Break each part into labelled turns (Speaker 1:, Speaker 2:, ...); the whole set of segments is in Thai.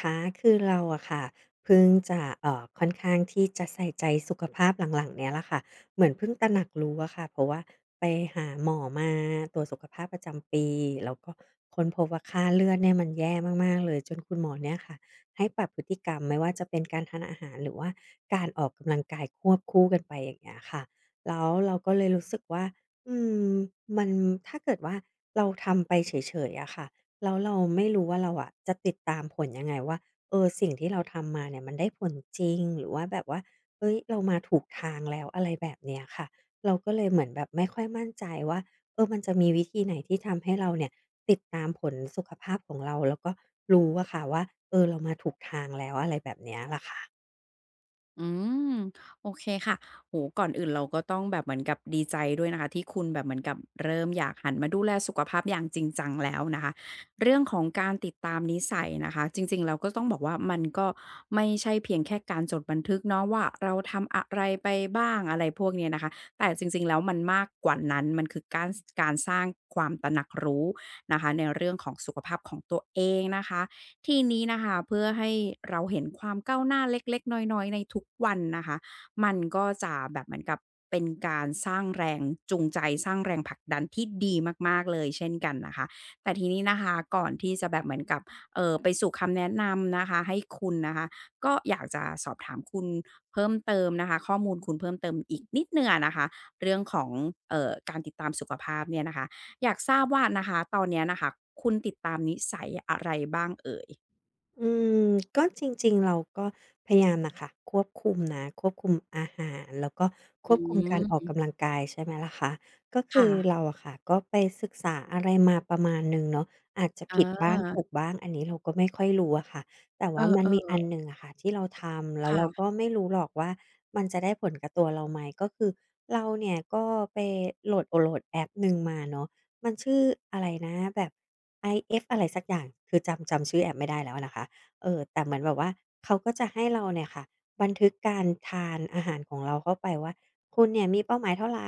Speaker 1: ค่ะคือเราอะค่ะเพิ่งจะค่อนข้างที่จะใส่ใจสุขภาพหลังๆเนี้ยแหละค่ะเหมือนเพิ่งตระหนักรู้อะค่ะเพราะว่าไปหาหมอมาตรวจสุขภาพประจำปีแล้วก็ค้นพบว่าค่าเลือดเนี่ยมันแย่มากๆเลยจนคุณหมอเนี่ยค่ะให้ปรับพฤติกรรมไม่ว่าจะเป็นการทานอาหารหรือว่าการออกกำลังกายควบคู่กันไปอย่างเงี้ยค่ะแล้วเราก็เลยรู้สึกว่าอืมมันถ้าเกิดว่าเราทำไปเฉยๆอะค่ะ แล้วเราไม่รู้ว่าเราอะจะติดตามผลยังไงว่าเออสิ่งที่เราทำมาเนี่ยมันได้ผลจริงหรือว่าแบบว่าเฮ้ยเรามาถูกทางแล้วอะไรแบบเนี้ยค่ะเราก็เลยเหมือนแบบไม่ค่อยมั่นใจว่าเออมันจะมีวิธีไหนที่ทำให้เราเนี่ยติดตามผลสุขภาพของเราแล้วก็รู้อะค่ะว่าเออเรามาถูกทางแล้วอะไรแบบเนี้ยล่ะค่ะ
Speaker 2: อืมโอเคค่ะโหก่อนอื่นเราก็ต้องแบบเหมือนกับดีใจด้วยนะคะที่คุณแบบเหมือนกับเริ่มอยากหันมาดูแลสุขภาพอย่างจริงจังแล้วนะคะเรื่องของการติดตามนิสัยนะคะจริงๆเราก็ต้องบอกว่ามันก็ไม่ใช่เพียงแค่การจดบันทึกเนาะว่าเราทำอะไรไปบ้างอะไรพวกเนี้ยนะคะแต่จริงๆแล้วมันมากกว่านั้นมันคือการสร้างความตระหนักรู้นะคะในเรื่องของสุขภาพของตัวเองนะคะ ทีนี้นะคะเพื่อให้เราเห็นความก้าวหน้าเล็กๆน้อยๆในทุกวันนะคะมันก็จะแบบเหมือนกับเป็นการสร้างแรงจูงใจสร้างแรงผลักดันที่ดีมากๆเลยเช่นกันนะคะแต่ทีนี้นะคะก่อนที่จะแบบเหมือนกับไปสู่คำแนะนำนะคะให้คุณนะคะก็อยากจะสอบถามคุณเพิ่มเติมนะคะข้อมูลคุณเพิ่มเติมอีกนิดหนึ่งอะนะคะเรื่องของการติดตามสุขภาพเนี่ยนะคะอยากทราบว่านะคะตอนเนี้ยน่ะค่ะคุณติดตามนิสัยอะไรบ้างเอ่ย
Speaker 1: อืมก็จริงๆเราก็พยายามน่ะค่ะควบคุมนะควบคุมอาหารแล้วก็ค
Speaker 2: อื
Speaker 1: วบคุมการออก
Speaker 2: ม
Speaker 1: กำลังกายใช่ไหมล่ะคะก็คื
Speaker 2: ค่ะ
Speaker 1: อเราอะค่ะก็ไปศึกษาอะไรมาประมาณหนึ่งเนาะอาจจะผิ
Speaker 2: อา
Speaker 1: ดบ้างถูกบ้างอันนี้เราก็ไม่ค่อยรู้อะค่ะแต่
Speaker 2: เ
Speaker 1: ว่ามันมีอัน
Speaker 2: ออ
Speaker 1: หนึ่งอะค่ะที่เราทำ
Speaker 2: ๆ
Speaker 1: แล้วเรา
Speaker 2: ค่ะ
Speaker 1: ก็ไม่รู้หรอกว่ามันจะได้ผลกับตัวเราไหมก็คือเราเนี่ยก็ไปโหลดโอโหลดแอปหนึ่งมาเนาะมันชื่ออะไรนะแบบ IF อะไรสักอย่างคือจำชื่อแอปไม่ได้แล้วอะนะคะ เออแต่เหมือนแบบว่าเขาก็จะให้เราเนี่ยค่ะบันทึกการทานอาหารของเราเข้าไปว่าคุณเนี่ยมีเป้าหมายเท่าไร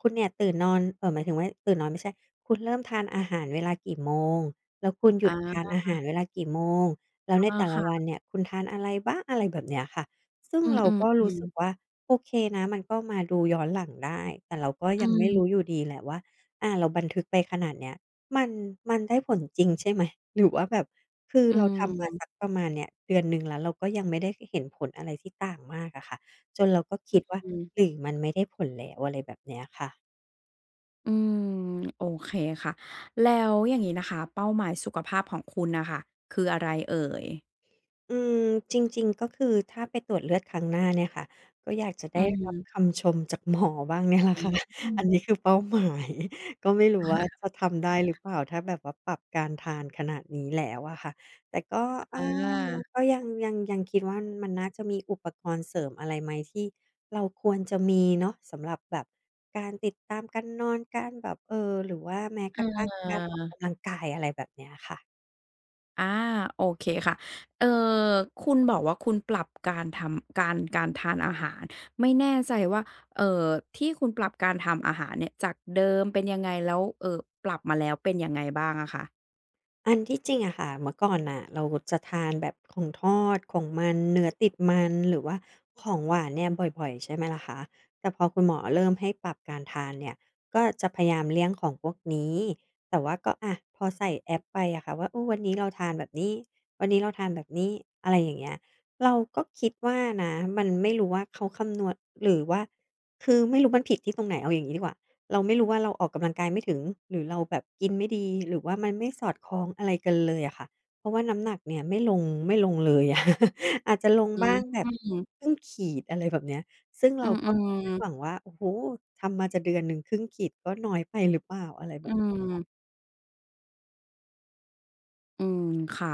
Speaker 1: คุณเนี่ยตื่นนอนหมายถึงว่าตื่นนอนไม่ใช่คุณเริ่มทานอาหารเวลากี่โมงแล้วคุณหยุดทาน
Speaker 2: อา
Speaker 1: อาหารเวลากี่โมงแล้วในแต่ละ
Speaker 2: ค่ะ
Speaker 1: วันเนี่ยคุณทานอะไรบ้างอะไรแบบเนี้ยค่ะซึ่ง
Speaker 2: อื
Speaker 1: เรา
Speaker 2: ม
Speaker 1: ก็รู้สึก
Speaker 2: ๆๆ
Speaker 1: ว่าโอเคนะมันก็มาดูย้อนหลังได้แต่เราก็
Speaker 2: อื
Speaker 1: ยังไม่รู้อ
Speaker 2: ม
Speaker 1: ยู่ดีแหละว่าเราบันทึกไปขนาดเนี้ย มันมันได้ผลจริงใช่ไหมหรือว่าแบบคือ
Speaker 2: อื
Speaker 1: เราทำมาสัก
Speaker 2: ม
Speaker 1: ประมาณเนี่ยเดือนหนึ่งแล้วเราก็ยังไม่ได้เห็นผลอะไรที่ต่างมากอะค่ะจนเราก็คิดว่า
Speaker 2: อื
Speaker 1: หรื
Speaker 2: ม
Speaker 1: อมันไม่ได้ผลแล้วอะไรแบบเนี้ยค่ะ
Speaker 2: อืม โอเคค่ะ แล้วอย่างงี้นะคะ เป้าหมายสุขภาพของคุณน่ะค่ะคืออะไรเอ่ย
Speaker 1: อืมจริงๆก็คือถ้าไปตรวจเลือดครั้งหน้าเนี่ยค่ะก็อยากจะ
Speaker 2: อื
Speaker 1: ได้รับ
Speaker 2: ม
Speaker 1: คำชมจากหมอบ้างเนี่ยแหละ
Speaker 2: อื
Speaker 1: ค่ะ
Speaker 2: ม
Speaker 1: อันนี้คือเป้าหมาย ก็ไม่รู้ว่าจะทำได้หรือเปล่าถ้าแบบว่าปรับการทานขนาดนี้แล้วอะค่ะแต่ก็เออ
Speaker 2: อา
Speaker 1: ก็ยังคิดว่ามันน่าจะมีอุปกรณ์เสริมอะไรไหมที่เราควรจะมีเนาะสำหรับแบบการติดตามการนอนการแบบหรือว่าแม้กระทั่ง
Speaker 2: เอ
Speaker 1: กา
Speaker 2: อ
Speaker 1: รออกกำลังกายอะไรแบบเนี้ยค่ะ
Speaker 2: อาโอเคค่ะเอ่อคุณบอกว่าคุณปรับการทานอาหารไม่แน่ใจว่าเอ่อที่คุณปรับการทำอาหารเนี่ยจากเดิมเป็นยังไงแล้วปรับมาแล้วเป็นยังไงบ้างอะคะ
Speaker 1: อันที่จริงอะค่ะเมื่อก่อนน่ะเราจะทานแบบของทอดของมันเนื้อติดมันหรือว่าของหวานเนี่ยบ่อยๆใช่ไหมล่ะคะแต่พอคุณหมอเริ่มให้ปรับการทานเนี่ยก็จะพยายามเลี่ยงของพวกนี้แต่ว่าก็อะพอใส่แอปไปอะค่ะว่าเออวันนี้เราทานแบบนี้วันนี้เราทานแบบนี้อะไรอย่างเงี้ยเราก็คิดว่านะมันไม่รู้ว่าเขาคำนวณหรือว่าคือไม่รู้มันผิดที่ตรงไหนเอาอย่างงี้ดีกว่า เราไม่รู้ว่าเราออกกำลังกายไม่ถึงหรือเราแบบกินไม่ดีหรือว่ามันไม่สอดคล้องอะไรกันเลยอะค่ะเพราะว่าน้ำหนักเนี่ยไม่ลงเลยอะ อาจจะลงบ้างแบบ
Speaker 2: อืม
Speaker 1: ครึ่งขีดอะไรแบบเนี้ยซึ่ง
Speaker 2: อื
Speaker 1: เราก็คาด
Speaker 2: ม
Speaker 1: หวัง
Speaker 2: ๆ
Speaker 1: ว่าโอ้โฮทำมาจะเดือนหนึ่งครึ่งขีดก็น้อยไปหรือเปล่าอะไรแบ
Speaker 2: อื
Speaker 1: บ
Speaker 2: มอืมค่ะ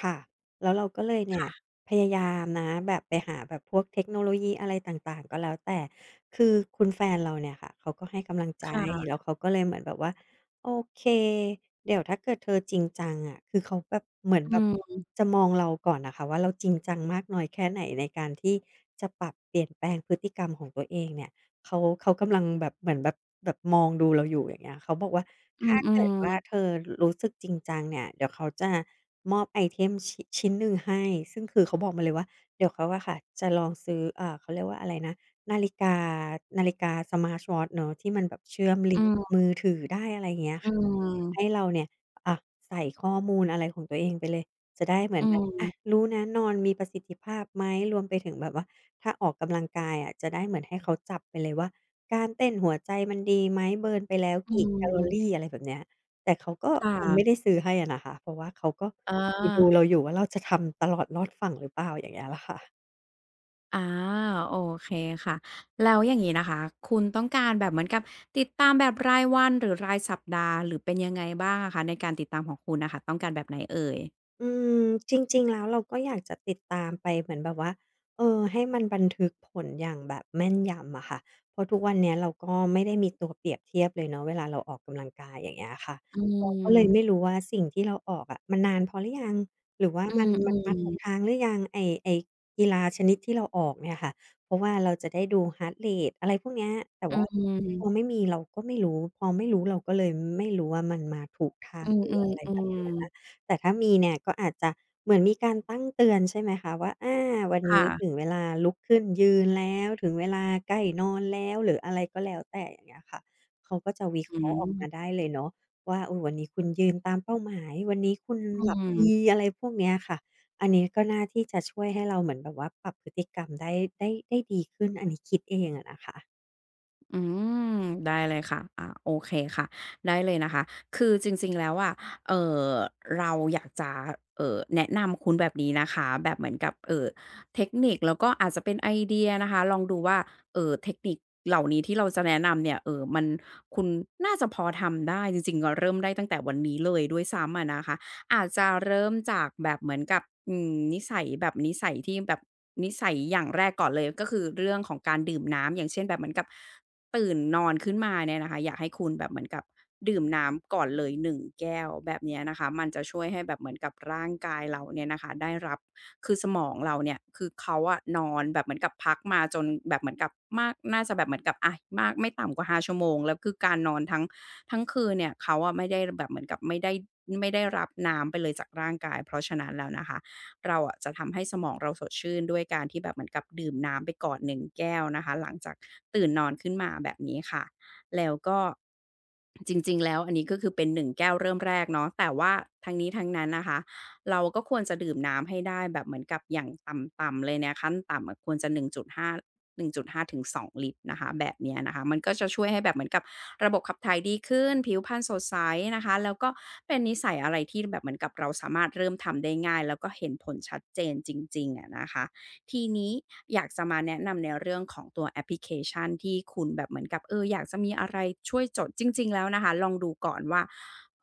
Speaker 1: ค่ะแล้วเราก็เลยเนี่ย
Speaker 2: ค่ะ
Speaker 1: พยายามนะแบบไปหาแบบพวกเทคโนโลยีอะไรต่างๆก็แล้วแต่คือคุณแฟนเราเนี่ยค่ะเขาก็ให้กำลังใจ
Speaker 2: ค่ะ
Speaker 1: แล้วเขาก็เลยเหมือนแบบว่าโอเคเดี๋ยวถ้าเกิดเธอจริงจังอะคือเขาแบบเหมือนแบ
Speaker 2: อื
Speaker 1: บ
Speaker 2: ม
Speaker 1: จะมองเราก่อนน่ะค่ะว่าเราจริงจังมากน้อยแค่ไหนในการที่จะปรับเปลี่ยนแปลงพฤติกรรมของตัวเองเนี่ย เขากำลังแบบเหมือนแบบมองดูเราอยู่อย่างเงี้ยเขาบอกว่า
Speaker 2: อื
Speaker 1: ถ้าเกิด
Speaker 2: ม
Speaker 1: ว่า
Speaker 2: ๆ
Speaker 1: เธอรู้สึกจริงจังเนี่ยเดี๋ยวเขาจะมอบไอเทมชิ้นหนึ่งให้ซึ่งคือเขาบอกมาเลยว่าเดี๋ยวเขาอะค่ะจะลองซื้อเขาเรียกว่าอะไรนะนาฬิกานาฬิกา Smart Watch เนาะที่มันแบบเชื่อมลิ
Speaker 2: อื
Speaker 1: งก์กับ
Speaker 2: ม
Speaker 1: มือถือได้อะไรอย่างเงี้ยค่ะให้
Speaker 2: ๆ
Speaker 1: เราเนี่ยอะใส่ข้อมูลอะไรของตัวเองไปเลยจะได้เหมือ
Speaker 2: อื
Speaker 1: นแบบอะ
Speaker 2: ม
Speaker 1: รู้นะนอนมีประสิทธิภาพไหมรวมไปถึงแบบว่า ถ้าออกกำลังกายอะจะได้เหมือนให้เขาจับไปเลยว่าการเต้นหัวใจมันดีไหมเบิร์นไปแล้ว
Speaker 2: อื
Speaker 1: กี่แคลอรี
Speaker 2: ม
Speaker 1: อะไรแบบเนี้ยแต่เขาก็
Speaker 2: ค
Speaker 1: ยังไม่ได้
Speaker 2: ่ะ
Speaker 1: ซื้อให้อะนะคะเพราะว่าเขาก็
Speaker 2: อา
Speaker 1: ดูๆเราอยู่ว่าเราจะทำตลอดรอดฝั่งหรือเปล่าอย่างเงี้ยล่ะค่ะ
Speaker 2: อาโอเคค่ะแล้วอย่างงี้นะคะคุณต้องการแบบเหมือนกับติดตามแบบรายวันหรือรายสัปดาห์หรือเป็นยังไงบ้างอะคะในการติดตามของคุณน่ะค่ะต้องการแบบไหนเอ่ย
Speaker 1: อืมจริงๆแล้วเราก็อยากจะติดตามไปเหมือนแบบว่าเออให้มันบันทึกผลอย่างแบบแม่นยำอะค่ะเพราะทุกวันเนี้ยเราก็ไม่ได้มีตัวเปรียบเทียบเลยเนาะเวลาเราออกกำลังกายอย่างเงี้ยค่ะ
Speaker 2: อื
Speaker 1: เราก็เล
Speaker 2: ม
Speaker 1: ยไม่รู้ว่าสิ่งที่เราออกอะมันนานพอหรือยังหรือว่า
Speaker 2: อื
Speaker 1: มันมา
Speaker 2: ม
Speaker 1: ถูกทาง
Speaker 2: ๆ
Speaker 1: หรือยังไอ้กีฬาชนิดที่เราออกเนี่ยค่ะเพราะว่าเราจะได้ดู heart rate อะไรพวกเนี้ยแต่
Speaker 2: อื
Speaker 1: ว่าพอ
Speaker 2: ม
Speaker 1: ไม่มีเราก็ไม่รู้พอไม่รู้เราก็เลยไม่รู้ว่ามันมาถูกทาง
Speaker 2: อื
Speaker 1: ห
Speaker 2: ม
Speaker 1: รือ
Speaker 2: อื
Speaker 1: อะไรแบบ
Speaker 2: ม
Speaker 1: เนี้ย
Speaker 2: ๆๆ
Speaker 1: แต่ถ้ามีเนี่ยก็อาจจะเหมือนมีการตั้งเตือนใช่ไหมคะว่าอาวันนี้ถึง
Speaker 2: ค่ะ
Speaker 1: เวลาลุกขึ้นยืนแล้วถึงเวลาใกล้นอนแล้วหรืออะไรก็แล้วแต่อย่างเงี้ยค่ะเขาก็จะวิเค
Speaker 2: อื
Speaker 1: ราะ
Speaker 2: ม
Speaker 1: ห์ออกมาได้เลยเนาะว่าเออวันนี้คุณยืนตามเป้าหมายวันนี้คุณ
Speaker 2: อื
Speaker 1: หลับ
Speaker 2: ม
Speaker 1: ดีอะไรพวกเนี้ยค่ะอันนี้ก็น่าที่จะช่วยให้เราเหมือนแบบว่าปรับพฤติกรรมได้ดีขึ้นอันนี้คิดเองอะนะคะ
Speaker 2: อืมได้เลยค่ะอ่าโอเคค่ะได้เลยนะคะคือจริงๆแล้วอะเอ่อเราอยากจะแนะนำคุณแบบนี้นะคะแบบเหมือนกับเทคนิคแล้วก็อาจจะเป็นไอเดียนะคะลองดูว่าเทคนิคเหล่านี้ที่เราจะแนะนำเนี่ยมันคุณน่าจะพอทำได้จริงๆก็เริ่มได้ตั้งแต่วันนี้เลยด้วยซ้ำอะนะคะอาจจะเริ่มจากแบบเหมือนกับอืมนิสัยแบบนิสัยที่แบบนิสัยอย่างแรกก่อนเลยก็คือเรื่องของการดื่มน้ำอย่างเช่นแบบเหมือนกับ ตื่นนอนขึ้นมาเนี่ยนะคะอยากให้คุณแบบเหมือนกับดื่มน้ำก่อนเลย1แก้วแบบเนี้ยนะคะมันจะช่วยให้แบบเหมือนกับร่างกายเราเนี่ยนะคะได้รับคือสมองเราเนี่ยคือเขาอะนอนแบบเหมือนกับพักมาจนแบบเหมือนกับมากน่าจะแบบเหมือนกับอะมากไม่ต่ำกว่า5 ชั่วโมงแล้วคือการนอนทั้งคืนเนี่ยเขาอะไม่ได้แบบเหมือนกับไม่ได้รับน้ำไปเลยจากร่างกายเพราะฉะนั้นแล้วนะคะ เราอะจะทำให้สมองเราสดชื่นด้วยการที่แบบเหมือนกับดื่มน้ำไปก่อนหนึ่งแก้วนะคะหลังจากตื่นนอนขึ้นมาแบบนี้ค่ะแล้วก็จริงๆแล้วอันนี้ก็คือเป็นหนึ่งแก้วเริ่มแรกเนาะแต่ว่าทั้งนี้ทั้งนั้นนะคะเราก็ควรจะดื่มน้ำให้ได้แบบเหมือนกับอย่างต่ำๆเลยเนี่ยขั้นต่ำอะควรจะ1.5 1.5ถึง2ลิตรนะคะแบบเนี้ยนะคะมันก็จะช่วยให้แบบเหมือนกับระบบขับถ่ายดีขึ้นผิวพรรณสดใสนะคะแล้วก็เป็นนิสัยอะไรที่แบบเหมือนกับเราสามารถเริ่มทำได้ง่ายแล้วก็เห็นผลชัดเจนจริงๆอะนะคะ ทีนี้อยากจะมาแนะนำในเรื่องของตัวแอปพลิเคชันที่คุณแบบเหมือนกับอยากจะมีอะไรช่วยจดจริงๆแล้วนะคะลองดูก่อนว่า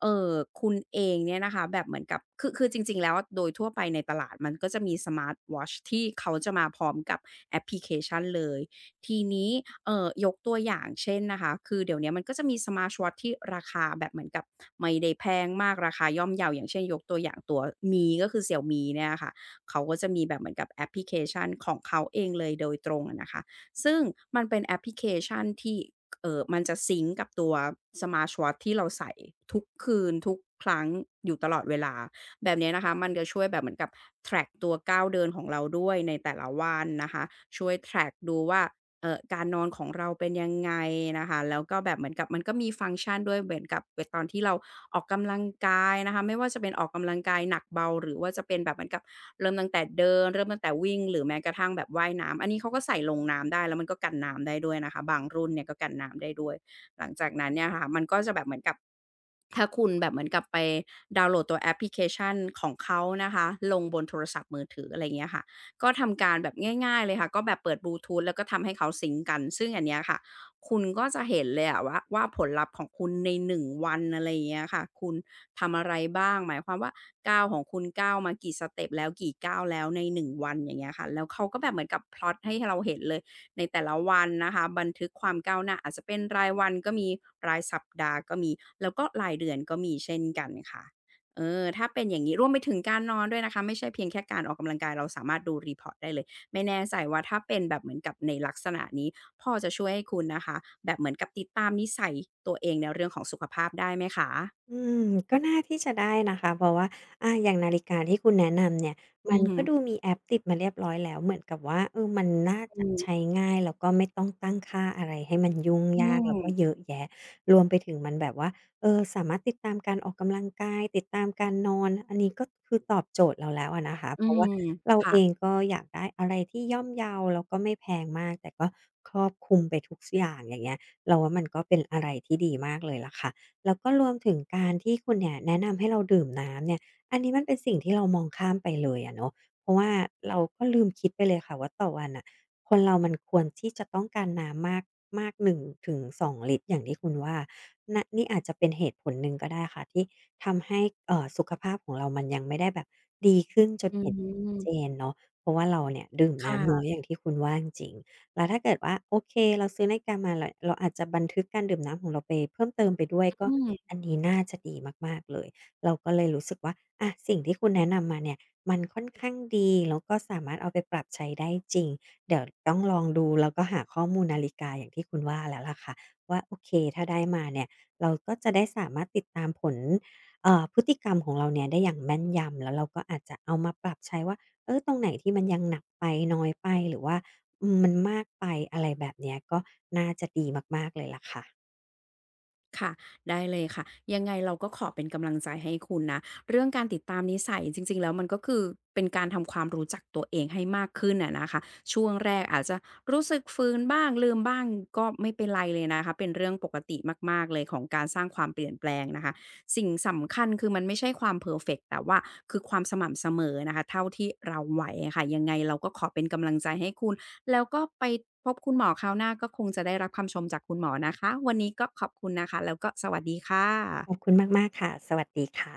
Speaker 2: เอ่อคุณเองเนี่ยนะคะแบบเหมือนกับคือจริงๆแล้วโดยทั่วไปในตลาดมันก็จะมีสมาร์ตวอตช์ที่เขาจะมาพร้อมกับแอปพลิเคชันเลยทีนี้ยกตัวอย่างเช่นนะคะคือเดี๋ยวเนี้ยมันก็จะมีสมาร์ตวอตช์ที่ราคาแบบเหมือนกับไม่ได้แพงมากราคาย่อมเยาอย่างเช่นยกตัวอย่างตัว Mi ก็คือ Xiaomi เนี่ยนะคะ เขาก็จะมีแบบเหมือนกับแอปพลิเคชันของเขาเองเลยโดยตรงอะนะคะซึ่งมันเป็นแอปพลิเคชันที่มันจะซิงก์กับตัว Smartwatch ทวอตช์ที่เราใส่ทุกคืนทุกครั้งอยู่ตลอดเวลาแบบเนี้ยนะคะมันจะช่วยแบบเหมือนกับแทร็กตัวก้าวเดินของเราด้วยในแต่ละวันนะคะช่วยแทร็กดูว่า การนอนของเราเป็นยังไงนะคะแล้วก็แบบเหมือนกับมันก็มีฟังก์ชันด้วยเหมือนกับเว่ตอนที่เราออกกำลังกายนะคะไม่ว่าจะเป็นออกกำลังกายหนักเบาหรือว่าจะเป็นแบบเหมือนกับเริ่มตั้งแต่เดินเริ่มตั้งแต่วิ่งหรือแม้กระทั่งแบบว่ายน้ำอันนี้เขาก็ใส่ลงน้ำได้แล้วมันก็กันน้ำได้ด้วยนะคะบางรุ่นเนี่ยก็กันน้ำได้ด้วยหลังจากนั้นเนี่ยค่ะมันก็จะแบบเหมือนกับ ถ้าคุณแบบเหมือนกับไปดาวน์โหลดตัวแอปพลิเคชันของเขานะคะลงบนโทรศัพท์มือถืออะไรเงี้ยค่ะก็ทำการแบบง่ายๆเลยค่ะก็แบบเปิดบลูทูธแล้วก็ทำให้เขาซิงก์กันซึ่งอันเนี้ยค่ะคุณก็จะเห็นเลยอะว่าผลลัพธ์ของคุณใน1วันอะไรอย่างเงี้ยค่ะคุณทำอะไรบ้างหมายความว่าก้าวของคุณก้าวมากี่สเต็ปแล้วกี่ก้าวแล้วในหนึ่งวันอย่างเงี้ยค่ะแล้วเขาก็แบบเหมือนกับพล็อตให้เราเห็นเลย ในแต่ละวันนะคะบันทึกความก้าวหน้าอาจจะเป็นรายวันก็มีรายสัปดาห์ก็มีแล้วก็รายเดือนก็มีเช่นกันค่ะเออถ้าเป็นอย่างงี้รวมไปถึงการนอนด้วยนะคะไม่ใช่เพียงแค่การออกกำลังกายเราสามารถดูรี e อร r ตได้เลยไม่แน่ใจว่าถ้าเป็นแบบเหมือนกับในลักษณะนี้พอจะช่วยให้คุณนะคะแบบเหมือนกับติดตามนิสัยตัวเองในเรื่องของสุขภาพได้ไหมคะ
Speaker 1: อืมก็น่าที่จะได้นะคะเพราะว่าอาอย่างนาฬิกาที่คุณแนะนำเนี่ย
Speaker 2: อื
Speaker 1: มัน
Speaker 2: อฮึ
Speaker 1: ก็ดูมีแอปติดมาเรียบร้อยแล้วเหมือนกับว่าเออมันน่า
Speaker 2: อื
Speaker 1: จะ
Speaker 2: ม
Speaker 1: ใช้ง่ายแล้วก็ไม่ต้องตั้งค่าอะไรให้มันยุ่ง
Speaker 2: อื
Speaker 1: ยาก
Speaker 2: ม
Speaker 1: แล้วก็เยอะแยะรวมไปถึงมันแบบว่าเออสามารถติดตามการออกกำลังกายติดตามการนอนอันนี้ก็คือตอบโจทย์เราแล้วอะนะคะ
Speaker 2: อื
Speaker 1: เพราะ
Speaker 2: ม
Speaker 1: ว่าเรา
Speaker 2: ค่ะ
Speaker 1: เองก็อยากได้อะไรที่ย่อมเยาแล้วก็ไม่แพงมากแต่ก็ครอบคลุมไปทุกสอย่างอย่างเงี้ยเราว่ามันก็เป็นอะไรที่ดีมากเลยล่ะค่ะ แล้วก็รวมถึงการที่คุณเนี่ยแนะนำให้เราดื่มน้ำเนี่ยอันนี้มันเป็นสิ่งที่เรามองข้ามไปเลยอะเนาะเพราะว่าเราก็ลืมคิดไปเลยค่ะว่าต่อวันน่ะคนเรามันควรที่จะต้องการน้ำมากมาก1-2ลิตรอย่างที่คุณว่านะนี่อาจจะเป็นเหตุผลหนึ่งก็ได้ค่ะที่ทำให้เอ่อสุขภาพของเรามันยังไม่ได้แบบดีขึ้นจน
Speaker 2: อื
Speaker 1: เห็นเจ
Speaker 2: ม
Speaker 1: นเนาะเพราะว่าเราเนี่ยดื่มน้ำน้อ
Speaker 2: ค่ะ
Speaker 1: ยอย่างที่คุณว่าจริงๆ แล้วถ้าเกิดว่าโอเคเราซื้อนาฬิกามาเราอาจจะบันทึกการดื่มน้ำของเราไปเพิ่มเติมไปด้วยก็
Speaker 2: อืม
Speaker 1: อันนี้น่าจะดีมากๆเลยเราก็เลยรู้สึกว่าอะสิ่งที่คุณแนะนำมาเนี่ยมันค่อนข้างดีแล้วก็สามารถเอาไปปรับใช้ได้จริงเดี๋ยวต้องลองดูแล้วก็หาข้อมูลนาฬิกาอย่างที่คุณว่าแล้วล่ะค่ะว่าโอเคถ้าได้มาเนี่ยเราก็จะได้สามารถติดตามผลเอ่อพฤติกรรมของเราเนี่ยได้อย่างแม่นยำแล้วเราก็อาจจะเอามาปรับใช้ว่าเออตรงไหนที่มันยังหนักไปน้อยไปหรือว่า อืมมันมากไปอะไรแบบเนี้ยก็น่าจะดีมากๆเลยล่ะค่ะ
Speaker 2: ค่ะได้เลยค่ะยังไงเราก็ขอเป็นกำลังใจให้คุณนะเรื่องการติดตามนิสัยจริงๆแล้วมันก็คือเป็นการทำความรู้จักตัวเองให้มากขึ้นอะนะคะช่วงแรกอาจจะรู้สึกฟื้นบ้างลืมบ้างก็ไม่เป็นไรเลยนะคะเป็นเรื่องปกติมากๆเลยของการสร้างความเปลี่ยนแปลงนะคะสิ่งสำคัญคือมันไม่ใช่ความเพอร์เฟกต์แต่ว่าคือความสม่ำเสมอนะคะเท่าที่เราไหวอะค่ะยังไงเราก็ขอเป็นกำลังใจให้คุณ แล้วก็ไปพบคุณหมอคราวหน้าก็คงจะได้รับคำชมจากคุณหมอนะคะวันนี้ก็ขอบคุณนะคะแล้วก็สวัสดีค่
Speaker 1: ขอบ
Speaker 2: ะ
Speaker 1: คุณมากๆค่ะสวัสดีค่ะ